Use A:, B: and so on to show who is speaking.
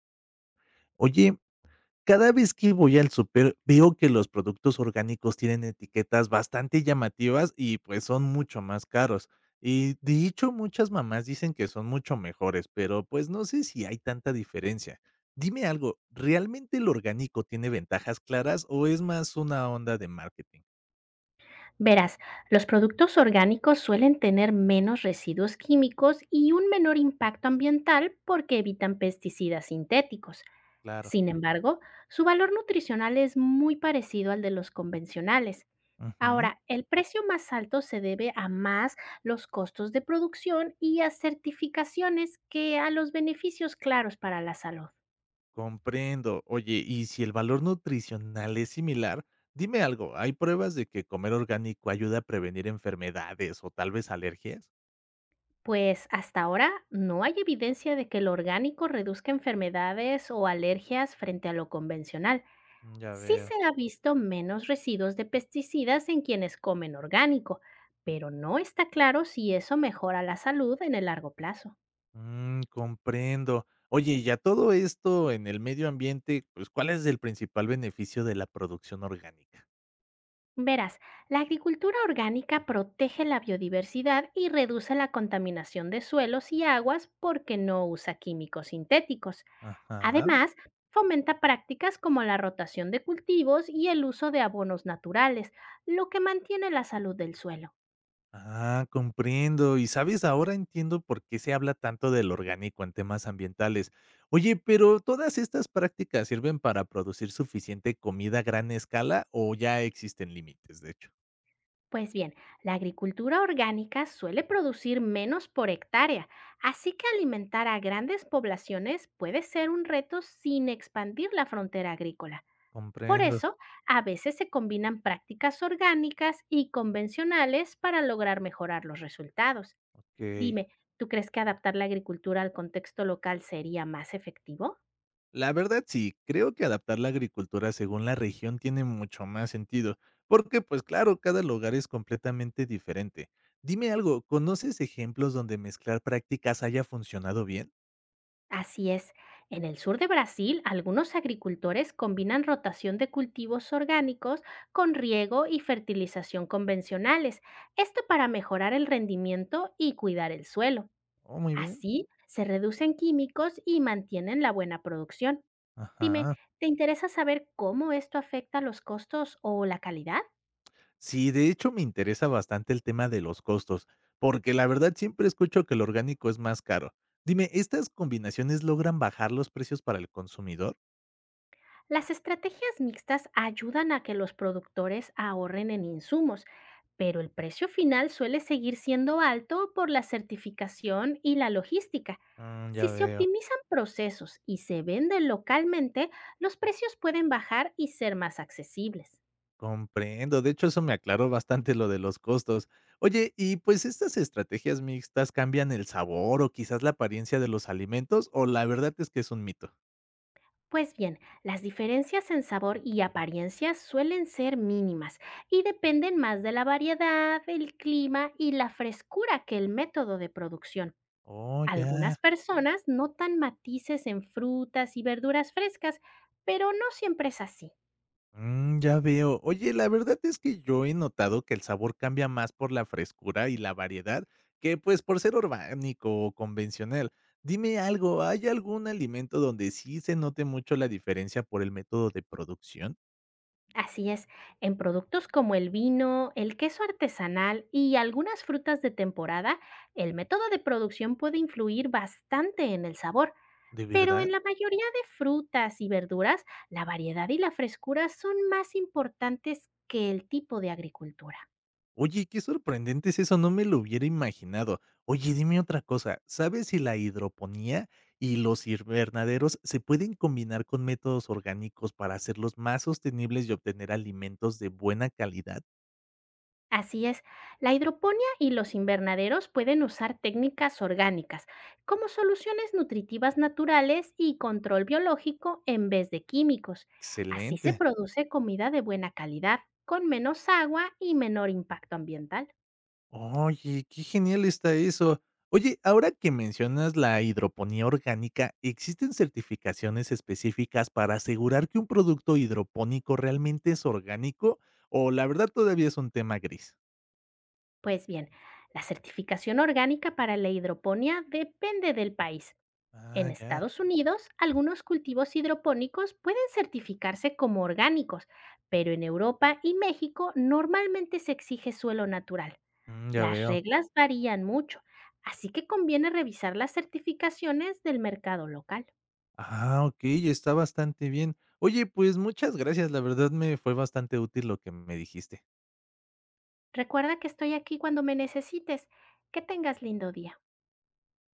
A: Oye, cada vez que voy al super veo que los productos orgánicos tienen etiquetas bastante llamativas y pues son mucho más caros. Y de hecho muchas mamás dicen que son mucho mejores, pero pues no sé si hay tanta diferencia. Dime algo, ¿realmente el orgánico tiene ventajas claras o es más una onda de marketing?
B: Verás, los productos orgánicos suelen tener menos residuos químicos y un menor impacto ambiental porque evitan pesticidas sintéticos.
A: Claro.
B: Sin embargo, su valor nutricional es muy parecido al de los convencionales.
A: Ujú.
B: Ahora, el precio más alto se debe a más los costos de producción y a certificaciones que a los beneficios claros para la salud.
A: Comprendo. Oye, y si el valor nutricional es similar, dime algo, ¿hay pruebas de que comer orgánico ayuda a prevenir enfermedades o tal vez alergias?
B: Pues hasta ahora no hay evidencia de que lo orgánico reduzca enfermedades o alergias frente a lo convencional.
A: Mm, ya
B: Sí
A: veo.
B: se ha visto menos residuos de pesticidas en quienes comen orgánico, pero no está claro si eso mejora la salud en el largo plazo.
A: Mm, comprendo. Oye, y a todo esto en el medio ambiente, pues, ¿cuál es el principal beneficio de la producción orgánica?
B: Verás, la agricultura orgánica protege la biodiversidad y reduce la contaminación de suelos y aguas porque no usa químicos sintéticos.
A: Ajá.
B: Además, fomenta prácticas como la rotación de cultivos y el uso de abonos naturales, lo que mantiene la salud del suelo.
A: Ah, comprendo. Y sabes, ahora entiendo por qué se habla tanto del orgánico en temas ambientales. Oye, pero ¿todas estas prácticas sirven para producir suficiente comida a gran escala o ya existen límites, de hecho?
B: Pues bien, la agricultura orgánica suele producir menos por hectárea, así que alimentar a grandes poblaciones puede ser un reto sin expandir la frontera agrícola. Por
A: Comprendo.
B: eso, a veces se combinan prácticas orgánicas y convencionales para lograr mejorar los resultados.
A: Ok.
B: Dime, ¿tú crees que adaptar la agricultura al contexto local sería más efectivo?
A: La verdad sí, creo que adaptar la agricultura según la región tiene mucho más sentido, porque pues claro, cada lugar es completamente diferente. Dime algo, ¿conoces ejemplos donde mezclar prácticas haya funcionado bien?
B: Así es, en el sur de Brasil algunos agricultores combinan rotación de cultivos orgánicos con riego y fertilización convencionales, esto para mejorar el rendimiento y cuidar el suelo.
A: Oh, muy bien.
B: Así se reducen químicos y mantienen la buena producción. Dime,
A: Ajá.
B: ¿te interesa saber cómo esto afecta los costos o la calidad?
A: Sí, de hecho, me interesa bastante el tema de los costos, porque la verdad siempre escucho que lo orgánico es más caro. Dime, ¿estas combinaciones logran bajar los precios para el consumidor?
B: Las estrategias mixtas ayudan a que los productores ahorren en insumos, pero el precio final suele seguir siendo alto por la certificación y la logística.
A: Mm,
B: Si
A: ya
B: se
A: veo.
B: optimizan procesos y se venden localmente, los precios pueden bajar y ser más accesibles.
A: Comprendo, de hecho, eso me aclaró bastante lo de los costos. Oye, y pues, ¿estas estrategias mixtas cambian el sabor o quizás la apariencia de los alimentos, o la verdad es que es un mito?
B: Pues bien, las diferencias en sabor y apariencia suelen ser mínimas y dependen más de la variedad, el clima y la frescura que el método de producción.
A: Oh, ya.
B: Algunas personas notan matices en frutas y verduras frescas, pero no siempre es así.
A: Mm, ya veo. Oye, la verdad es que yo he notado que el sabor cambia más por la frescura y la variedad que, pues, por ser orgánico o convencional. Dime algo, ¿hay algún alimento donde sí se note mucho la diferencia por el método de producción?
B: Así es, en productos como el vino, el queso artesanal y algunas frutas de temporada, el método de producción puede influir bastante en el sabor,
A: ¿De
B: pero
A: verdad?
B: en la mayoría de frutas y verduras, la variedad y la frescura son más importantes que el tipo de agricultura.
A: Oye, qué sorprendente es eso, no me lo hubiera imaginado. Oye, dime otra cosa, ¿sabes si la hidroponía y los invernaderos se pueden combinar con métodos orgánicos para hacerlos más sostenibles y obtener alimentos de buena calidad?
B: Así es, la hidroponía y los invernaderos pueden usar técnicas orgánicas como soluciones nutritivas naturales y control biológico en vez de químicos. Así se
A: Excelente.
B: produce comida de buena calidad, con menos agua y menor impacto ambiental.
A: Oye, qué genial está eso. Oye, ahora que mencionas la hidroponía orgánica, ¿existen certificaciones específicas para asegurar que un producto hidropónico realmente es orgánico o la verdad todavía es un tema gris?
B: Pues bien, la certificación orgánica para la hidroponía depende del país. En
A: Ah, ya.
B: Estados Unidos, algunos cultivos hidropónicos pueden certificarse como orgánicos, pero en Europa y México normalmente se exige suelo natural.
A: Mm, ya
B: Las
A: veo.
B: reglas varían mucho, así que conviene revisar las certificaciones del mercado local.
A: Ah, okey, está bastante bien. Oye, pues, muchas gracias, la verdad me fue bastante útil lo que me dijiste.
B: Recuerda que estoy aquí cuando me necesites. Que tengas lindo día.